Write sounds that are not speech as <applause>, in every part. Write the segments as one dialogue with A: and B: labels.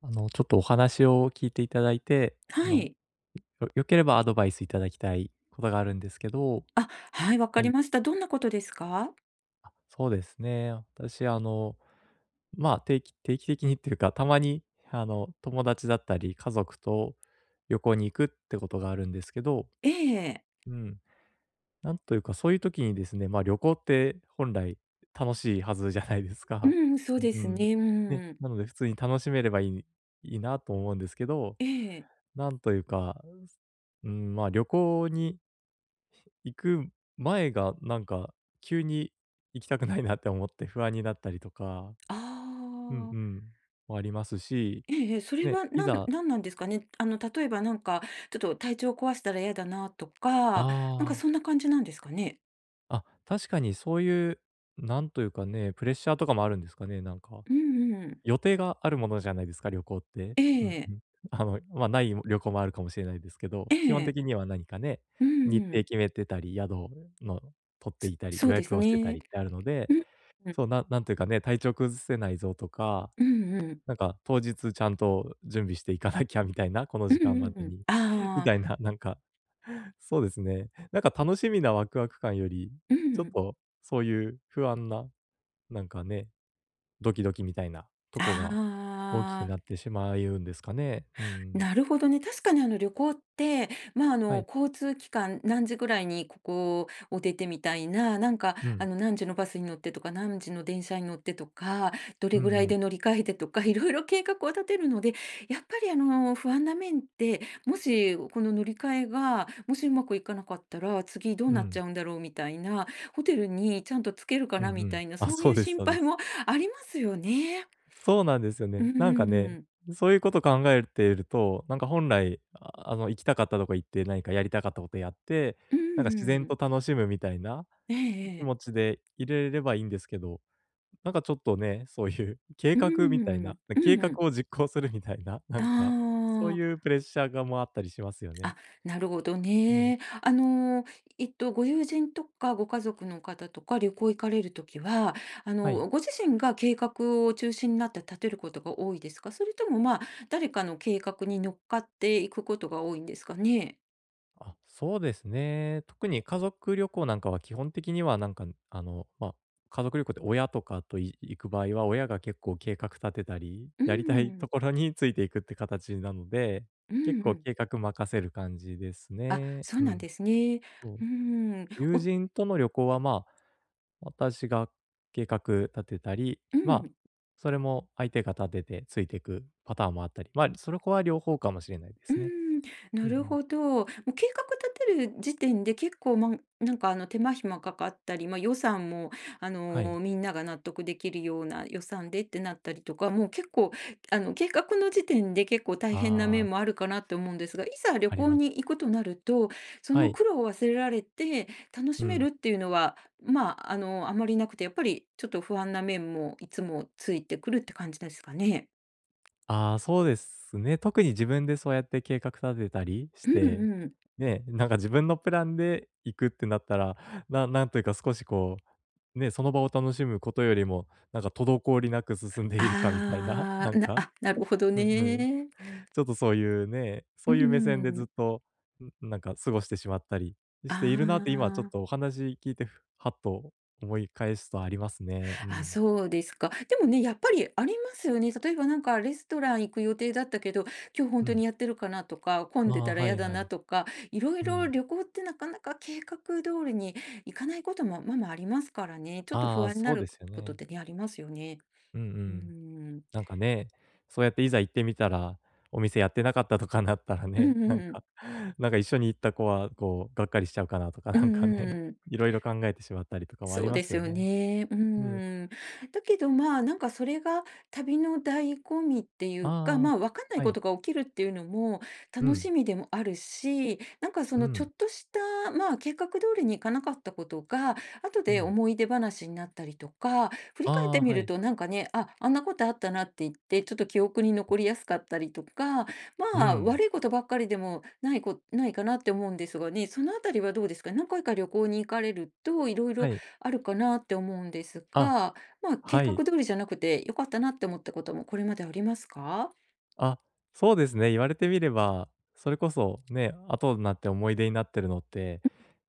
A: ちょっとお話を聞いていただいて、あ
B: は
A: の、
B: い。
A: 良ければアドバイスいただきたいことがあるんですけど、
B: あ、はい、わか
A: は
B: り
A: い。
B: ました。どんなことですか？
A: あ、そうですね。私、まあ、定期的にっていうか、たまに、友達だったり、家族と旅行に行くってことがあるんですけど、
B: ええ。
A: うん。なんというか、そういう時にですね、まあ、旅行って本来楽しいはずじゃないです
B: う
A: か。
B: ん、そう
A: う
B: です
A: ん。
B: ね。う
A: ね、
B: ん。
A: なので普通に楽しめればいいなと思うんですけど、
B: ええ。
A: なんというか、うん、まあ、旅行に行く前が、なんか、急に行きたくないなって思って不安になったりとか、
B: あ
A: うん
B: あ。
A: うん、もありますし、
B: ええ、それ
A: ね、
B: はなんなんなんですかね？あの、例えばなんか、ちょっと体調壊したら嫌だなとか、なんか
A: あ
B: そんな感じなんですかね？
A: あ、あ、確かにそういう、なんというかね、プレッシャーとかもあるんですかね、なんか。
B: うんうん。
A: 予定があるものじゃないですか、旅行って。
B: え
A: うんう
B: え。
A: ん。<laughs> まあ、ない旅行もあるかもしれないですけど、
B: え
A: 基本
B: え。
A: 的には何かね、
B: うん
A: 日
B: う
A: 程
B: ん。
A: 決めてたり、宿の取って
B: そ
A: いたり、
B: そ
A: 予
B: うです
A: 約をしてた
B: ね。
A: りってあるので
B: うん、うん。
A: そう、なんていうかね、体調崩せないぞとか、
B: うんうん。
A: なんか当日ちゃんと準備していかなきゃみたいな、この
B: う
A: 時
B: ん
A: 間ま
B: うんう
A: で
B: ん。
A: に、み
B: ああ。
A: たいな、なんか、そうですね。なんか楽しみなワクワク感より、
B: うん
A: ち
B: う
A: ょっ
B: ん。
A: とそういう不安な、なんかね、ドキドキみたいなとこが大きく
B: あ
A: なっ
B: あ。
A: てしまうんですかね。うん。
B: なるほどね。確かにあの旅行って、まああ
A: は
B: の
A: い。
B: 交通機関、何時ぐらいにここを出てみたいな、なんか
A: うん。
B: あの何時のバスに乗ってとか、何時の電車に乗ってとか、ど
A: う
B: れぐ
A: ん
B: らい
A: うん。
B: で乗り換えてとか、いろいろ計画を立てるので、やっぱりあの不安な面って、もしこの乗り換えが、もしうまくいかなかったら、次どう
A: う
B: なっ
A: ん。
B: ちゃうんだろうみたいな、ホテルにちゃんとつけるか
A: うん
B: な
A: う
B: み
A: ん。
B: たいな、
A: あ、
B: そう
A: そ
B: い
A: う
B: う
A: です
B: 心
A: そうで
B: 配
A: す。
B: もありますよね。
A: そうなんですよ
B: うん
A: ね。
B: う
A: なんか
B: んう
A: ね、
B: ん。
A: そういうこと考えていると、なんか本来、行きたかったとこ行って、何かやりたかったことやって、
B: うん
A: なんか
B: う
A: 自然
B: ん。
A: と楽しむみたいな
B: えええ
A: 気持
B: え。
A: ちでいれればいいんですけど、なんかちょっとね、そういう <laughs> 計
B: う
A: 画みたいな、
B: ん、う
A: 計画
B: ん、
A: を実行するみたいな、なんか、そうい
B: あ
A: うプレッシャーがもあったりしますよ
B: あ、
A: ね。
B: あ、なるほど
A: うん。
B: ね。ご友人とかご家族の方とか旅行行かれるときは、あ
A: はい。
B: の、ご自身が計画を中心になって立てることが多いですか？それとも、まあ、誰かの計画に乗っかっていくことが多いんですかね？
A: あ、そうですね。特に家族旅行なんかは基本的にはなんか、まあ、家族旅行って親とかと行く場合は、親が結構計画立てたり、
B: うー
A: やりたい
B: ん、
A: ところについていくって形なので、
B: う
A: 結
B: ん
A: 構
B: うん。
A: 計画任せる感じです
B: あ、
A: ね。
B: そう
A: う
B: なん
A: ん。
B: ですね。
A: そう。
B: うん。
A: 友人との旅行は、まあ、私が計画立てたり、
B: う
A: まあ、
B: ん。
A: それも相手が立ててついていくパターンもあったり、まあ、それこは両方かもしれないで
B: うー
A: すね。
B: ん、
A: う
B: な
A: んう
B: る
A: ん。
B: ほど。もう計画立てる時点で結構、ま、なんかあの手間暇かかったり、ま、予算もあ
A: はい。
B: の、みんなが納得できるような予算でってなったりとか、もう結構あの計画の時点で結構大変な
A: あ
B: 面も
A: あ、
B: あるかなって思うんですが、いざ旅
A: あり
B: 行
A: ま
B: に
A: す。
B: 行くとなると、そ
A: は
B: の
A: い。
B: 苦労を忘れられて楽
A: う
B: しめ
A: ん。
B: るっていうのは、まあ、あの、あまりなくて、やっぱりちょっと不安な面もいつもついてくるって感じですかね。
A: ああ、そうですね。特に自分でそうやって計画立てたりし
B: うん
A: て、
B: うん。
A: ね、なんか自分のプランで行くってなったら、なんというか少しこう、ね、その場を楽しむことよりも、なんか滞りなく進んでいるかみたいな、<laughs>
B: あ
A: な
B: あ、
A: んか、
B: なるほど
A: うんうん。
B: ね。
A: ちょっとそういうね、
B: う
A: そういう目線でずっ
B: ん。
A: と、なんか過ごしてしまったりしているなって今ちょっと
B: あ
A: お話聞いて、ふはっと思い返すとありますね。う
B: あ、あ、
A: ん。
B: そうですか。でもね、やっぱりありますよね。例えばなんかレストラン行く予定だったけど、今日本
A: う
B: 当
A: ん。
B: にやってるかなとか、混
A: あ
B: んで
A: あ、
B: たら
A: は
B: 嫌
A: い
B: だ
A: はい。
B: なとか、いろい
A: う
B: ろ
A: ん。
B: 旅行ってなかなか計画通りに行かないことも、まあまあありますからね。ちょっと
A: あ
B: 不
A: あ、
B: 安に
A: そ
B: な
A: うで
B: る
A: すよ
B: ことっ
A: ね。
B: てね、ありますよね。
A: うんう
B: うー
A: ん。
B: ん。
A: なんかね、そうやっていざ行ってみたら、お店やってなかったとかなったら
B: うんう
A: ね、な
B: ん
A: ん
B: うん。
A: か <laughs> なんか一緒に行った子はこう、がっかりしちゃうかなとか、
B: う
A: なんか
B: んうん
A: ね、
B: うん。
A: <laughs> いろいろ考えてしまったりとかもあり
B: そう
A: ま
B: で
A: す
B: す
A: よ
B: よ
A: ね。
B: ね。う
A: うん。
B: ん。だけど、まあ、なんかそれが旅の醍醐味っていうか、ま
A: ああ、
B: あ、わかんない
A: は
B: こ
A: い。
B: とが起きるっていうのも
A: う
B: 楽
A: ん、
B: しみでもあるし、なんかそ
A: う
B: のちょ
A: ん、
B: っとした、まあ、計画通りにいかなかったことが、後
A: う
B: で
A: ん。
B: 思い出話になったりとか、振
A: あ
B: り返って
A: あ、
B: み
A: は
B: る
A: い。
B: となんかね、あ、あんなことあったなって言って、ちょっと記憶に残りやすかったりとか、
A: う
B: まあ、
A: ん、
B: 悪いことばっかりでもないかなって思うんですがね、そのあたりはどうですか、何回か旅行に行かれると、いろい
A: は
B: ろ
A: い。
B: あるかなって思うんです
A: あ、
B: が、まあ、計
A: は
B: 画
A: い。
B: 通りじゃなくて良かったなって思ったこともこれまでありますか？
A: あ、そうですね、言われてみれば、それこそね、後になって思い出になってるのって、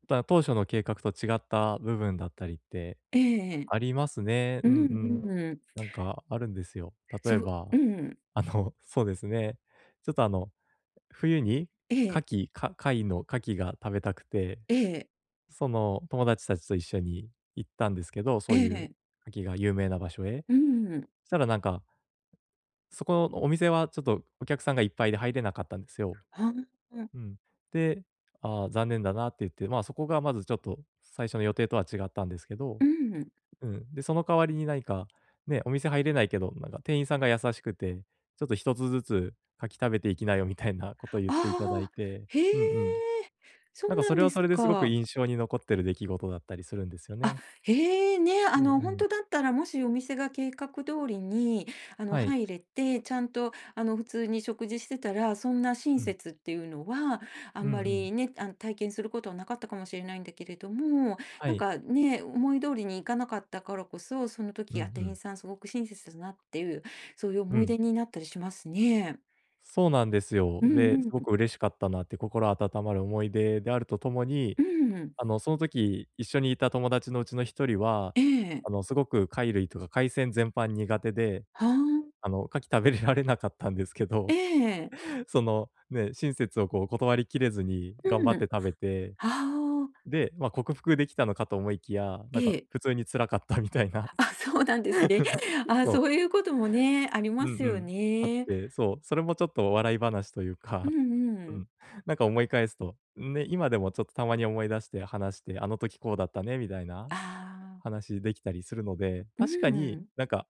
A: 当初の計画と違った部分だったりって
B: ええええ。
A: ありますね。
B: う
A: うん
B: ん
A: うん。
B: うん。
A: なんかあるんですよ。例
B: そ
A: え
B: う、
A: ば、
B: うん。
A: <laughs> そうですね。ちょっと冬に
B: え
A: 牡
B: え、
A: 蠣、貝の牡蠣が食べたくて、
B: ええ、
A: その友達たちと一緒に行ったんですけど、そ
B: え
A: ういう
B: え。
A: 牡蠣が有名な場所へ。
B: うん。
A: そしたらなんか、そこのお店はちょっとお客さんがいっぱいで入れなかったんですよ。
B: あ、
A: うん。で、ああ、残念だなって言って、まあそこがまずちょっと最初の予定とは違ったんですけど、
B: うん。
A: うん。で、その代わりに何か、ね、お店入れないけど、なんか店員さんが優しくて、ちょっと一つずつ「柿食べていきなよ」みたいなこと言っていただい
B: ああ、
A: て、
B: へえ、
A: うんうん。
B: そ
A: なん
B: う
A: か
B: な
A: そ
B: ん
A: れ
B: で
A: は
B: す
A: それですごく
B: か。
A: 印象に残ってる出来事だったりするんですよ
B: あ、
A: ね。
B: へえ、ね、あ
A: うんう
B: の、本
A: ん。
B: 当だったら、もしお店が計画通りに、あの、
A: はい。
B: 入れて、ちゃんと、あの、普通に食事してたら、そんな親
A: うん。
B: 切っていうのは、あ
A: うん
B: ん
A: う
B: ま
A: ん。
B: りね、あの、体験することはなかったかもしれないんだけれども、
A: は
B: なん
A: い。
B: かね、思い通りにいかなかったからこそ、その
A: うんう
B: 時、あ、店員
A: ん。
B: さんすごく親切だなっていう、そういう
A: う
B: 思い
A: ん。
B: 出になったりしますね。
A: そうなんですよ。
B: うんう
A: で、す
B: ん
A: ご
B: うん。
A: く嬉しかったなって心温まる思い出であるとともに、
B: うん。
A: その時一緒にいた友達のうちの一人は、
B: ええ。
A: すごく貝類とか海鮮全般苦手で
B: はあ。
A: 牡蠣食べれられなかったんですけ
B: え
A: ど、
B: え。
A: <laughs> その、ね、親切をこう断りきれずに頑張
B: う
A: って
B: ん。
A: 食べて、
B: はあ。
A: で、ま、克服できたのかと思いきや、なん
B: え
A: か普
B: え。
A: 通に辛かったみたいな、
B: <laughs> あ、
A: <laughs>
B: そうなんですね。<laughs> あ、
A: そう、
B: そういうこともね、あり
A: う
B: ま
A: ん
B: す
A: う
B: よ
A: ん、あっ
B: ね。
A: て、そう、それもちょっと笑い話という
B: う
A: か、
B: んう
A: う
B: ん。
A: ん、なんか思い返すと、ね、今でもちょっとたまに思い出して話して、あの時こうだったねみたいな
B: ああ、
A: 話できたりするので、
B: う
A: 確かに
B: ん。
A: なんか、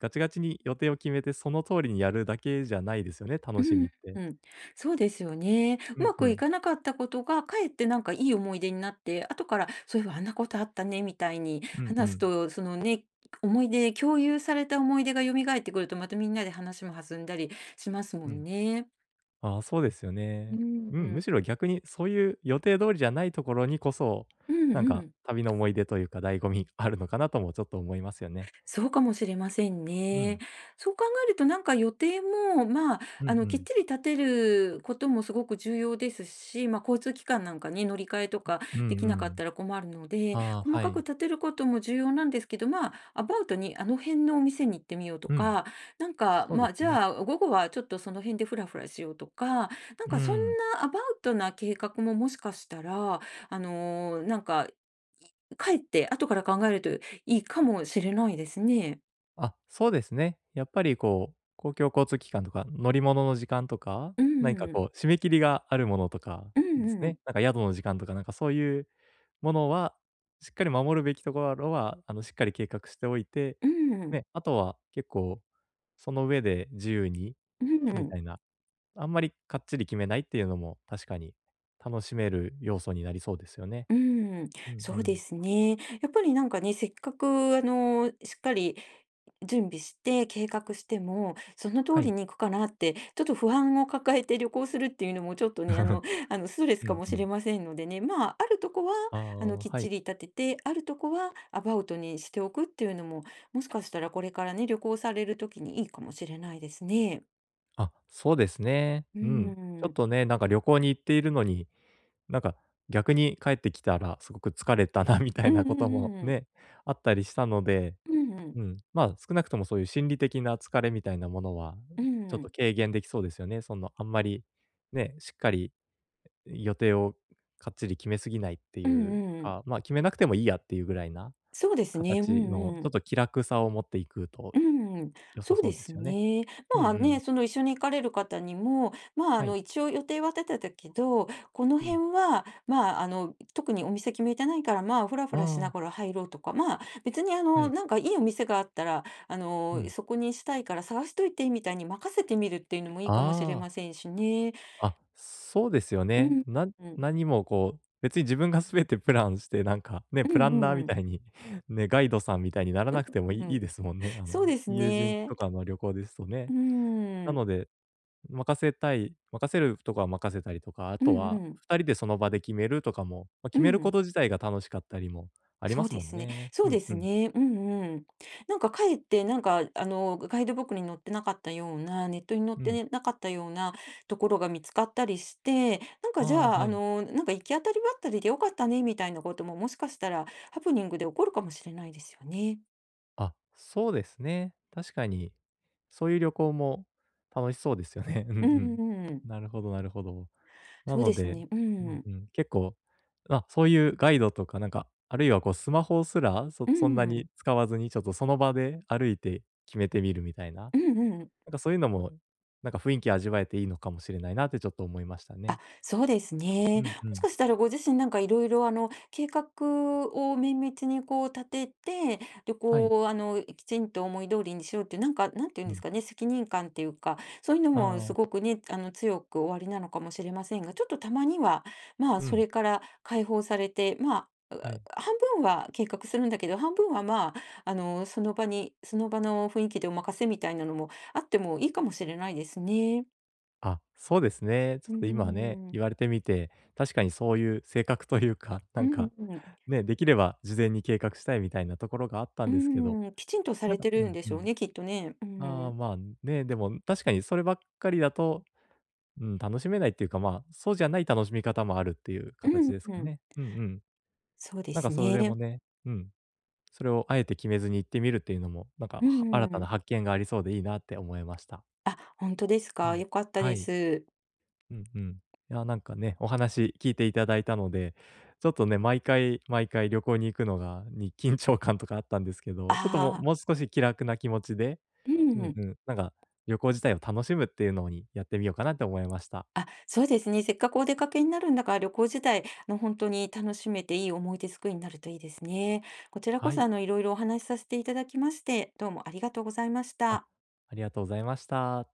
A: ガチガチに予定を決めてその通りにやるだけじゃないですよね、楽
B: う
A: しみっ
B: ん、
A: て。
B: うん。そうですよね。
A: う
B: う
A: ん
B: ま
A: う
B: くい
A: ん。
B: かなかったことが、かえってなんかいい思い出になって、後からそういえばあんなことあったねみたいに
A: うんう
B: 話す
A: ん。
B: と、そのね、思い出共有された思い出が蘇ってくると、またみんなで話も弾んだりしますも
A: う
B: ん
A: ん。
B: ね。
A: ああ、そうですよ
B: う
A: ね。
B: ん
A: う
B: う
A: ん、む
B: ん。
A: しろ逆にそういう予定通りじゃないところにこそ、
B: うん
A: なん
B: う
A: か
B: ん。
A: 旅の思い出というか醍醐味 <laughs> あるのかなともちょっと思いますよね。
B: そうかもしれません
A: う
B: ね。
A: ん。
B: そう考えるとなんか予定も、まあ、
A: うんう
B: あの、きっ
A: ん。
B: ちり立てることもすごく重要ですし、まあ、交通機関なんかね、乗り換えとか
A: うんう
B: できなかっ
A: ん。
B: たら困るので、
A: ああ、
B: 細
A: は
B: かく
A: い。
B: 立てることも重要なんですけど、まあ、アバウトにあの辺のお店に行ってみようと
A: うん。
B: か、なんか、
A: そう
B: ま
A: で
B: あ、じ
A: すね。
B: ゃあ午後はちょっとその辺でフラフラしようとか、なん
A: う
B: かそん
A: ん。
B: なアバウトな計画ももしかしたら、あの、なんか、帰って後から考えるといいかもしれないですね。
A: あ、そうですね。やっぱりこう、公共交通機関とか乗り物の時間とか、
B: う
A: 何か
B: ん、
A: こう締め切りがあるものとか
B: う
A: です
B: んうん、
A: ね。なんか宿の時間とか、なんかそういうものは、しっかり守るべきところは、しっかり計画しておいて、
B: うん、
A: ね、あとは結構、その上で自由に
B: う
A: みた
B: ん、
A: いな、あんまりかっちり決めないっていうのも確かに楽しめる要素になりそうですよね。
B: うん、
A: うんう
B: そうで
A: ん。
B: すね。やっぱりなんかね、せっかくあの、しっかり準備して計画しても、その通
A: は
B: り
A: い。
B: に行くかなって、ちょっと不安を抱えて旅行するっていうのもちょっとね、あの、
A: <laughs>
B: <laughs> あの、ストレス
A: う
B: か
A: ん
B: も
A: う
B: し
A: ん。
B: れませんのでね、まあ、あるとこは、
A: あ
B: あの、
A: あ、
B: きっ
A: は
B: ち
A: い。
B: り立てて、あるとこはアバウトにしておくっていうのも、もしかしたらこれからね、旅行されるときにいいかもしれないですね。
A: あ、そうですね。
B: う
A: うん。ちょっ
B: ん。
A: とね、なんか旅行に行っているのに、なんか逆に帰ってきたらすごく疲れたな <laughs> みた
B: う
A: い
B: ん
A: な
B: う
A: こ
B: んう
A: とも
B: んうん。
A: ね、あったりしたので
B: うんうん。
A: うん、まあ、少なくともそういう心理的な疲れみたいなものは、ちょっと軽減できそうですよね。その、あんまり、ね、しっかり予定をかっちり決めすぎないって
B: う
A: いう
B: んうん。
A: か、まあ、決めなくてもいいやっていうぐらいな
B: そうですね。う
A: 形の、
B: んう
A: ちょっ
B: ん。
A: と気楽さを持っていくと
B: うん。
A: 良さ
B: そう
A: そ
B: で
A: うで
B: す
A: すよね。
B: ね。
A: うん
B: まあ
A: う
B: ね、
A: ん。
B: その、一緒に行かれる方にも、まあ、あ
A: は
B: の、
A: い。
B: 一応予定は立てたけど、この
A: うん。
B: 辺は、まあ、あの、特にお店決めてないから、まあ、フラフ
A: あ
B: ラしな
A: あ、
B: がら入ろうとか、まあ、別に、あ
A: は
B: の、
A: い。
B: なんかいいお店があったら、あ
A: う
B: の、
A: ん。
B: そこにしたいから探しといてみたいに任せてみるっていうのもいいかもしれ
A: ああ。
B: ませんしね。
A: あ、そうですよ
B: う
A: ね。
B: ん。
A: な
B: うん。
A: 何もこう、別に自分がすべてプランして、なんか、ね、
B: う
A: プランナー
B: ん
A: み
B: うん。
A: たいに、<laughs> ね、ガイドさんみたいにならなくてもい
B: う
A: いいい
B: ん。
A: ですもんね。
B: そうです
A: 友人
B: ね。
A: とかの旅行ですと
B: う
A: ね。
B: ー
A: な
B: ん。
A: ので、任せるとこは任せたりとか、あ
B: う
A: と
B: んう
A: は
B: ん。
A: 2人でその場で決めるとかも、まあ、
B: う
A: 決めるこ
B: ん。
A: と自体が楽しかったりもありま
B: そう
A: す
B: で
A: もん
B: すね。
A: ね。
B: そう
A: う
B: で
A: んう
B: す
A: ん。
B: ね。うんうん。なんかかえって、なんか、あの、ガイドブックに載ってなかったような、ネットに載っ
A: うん。
B: てなかったようなところが見つかったりして、なん
A: あ
B: かじ
A: あ、
B: ゃあ、
A: は
B: あ
A: い。
B: の、なんか行き当たりばったりでよかったね、みたいなことももしかしたらハプニングで起こるかもしれないですよね。
A: あ、そうですね。確かに、そういう旅行も楽しそうですよね。<laughs> うんう
B: うん
A: ん。
B: うんうん。
A: なるほどなるほど。な
B: そう
A: の
B: です
A: で、
B: ね。う
A: うん
B: ん。
A: うん、結構、あ、そういうガイドとかなんか、あるいはこうスマホすら、そ
B: う
A: そんなに
B: ん。
A: 使わずに、ちょっとその場で歩いて決めてみるみたいな、
B: う
A: な
B: んうん。
A: んかそういうのも、なんか雰囲気味わえていいのかもしれないなってちょっと思いましたね。
B: そうです
A: う
B: ね。
A: んう
B: もし
A: ん。
B: かしたらご自身なんかいろいろあの計画を綿密にこう立てて、旅
A: は
B: 行
A: い。
B: をあのきちんと思い通りにしようっていう、なんか、なんていうん
A: う
B: です
A: ん。
B: かね、責任感っていうか、そういうの
A: あ
B: もす
A: あ、
B: ごくね、あの強くおありなのかもしれませんが、ちょっとたまには、まあ
A: う
B: そ
A: ん、
B: れから解放されて、まあ、
A: はい。
B: 半分は計画するんだけど、半分はまあ、あの、その場に、その場の雰囲気でお任せみたいなのもあってもいいかもしれないですね。
A: あ、そうですね。ちょっ
B: う
A: と今ね、
B: ん。
A: 言われてみて、確かにそういう性格というか、な
B: う
A: んか、
B: んうん、
A: ね、できれば事前に計画したいみたいなところがあった
B: う
A: んですけど、
B: ーん、きちんとさ
A: なん
B: れ
A: か
B: て
A: う
B: るん
A: ん
B: で
A: う
B: しょう
A: ん。
B: ね、きっとね。う
A: ああ、
B: ん。
A: まあ、ね、でも確かにそればっかりだと、うん、楽しめないっていうか、まあ、そうじゃない楽しみ方もあるっていう
B: う
A: 形
B: ん
A: です
B: う
A: か
B: ん。
A: ね。うんうん。
B: そうで
A: なんか
B: す
A: それも
B: ね。
A: ね、うん、それをあえて決めずに行ってみるっていうのも、なんか、
B: う
A: 新たな
B: ん、
A: 発見がありそうでいいなって思いました。
B: あ、本当です
A: う
B: か。
A: ん。
B: 良かった
A: は
B: で
A: い。
B: す。
A: うんうん。いや、なんかね、お話聞いていただいたので、ちょっとね、毎回毎回旅行に行くのがに <laughs> 緊張感とかあったんですけど、ちょっともう
B: ああ、
A: もう少し気楽な気持ちで、
B: う
A: うん
B: ん。
A: うん、なんか旅行自体を楽しむっていうのにやってみようかなって思いました。
B: あ、そうですね。せっかくお出かけになるんだから、旅行自体、あの、本当に楽しめていい思い出作りになるといいですね。こちら
A: は
B: こそ、
A: い。
B: あの、いろいろお話しさせていただきまして、どうもありがとうございまし
A: あ、
B: た。
A: ありがとうございました。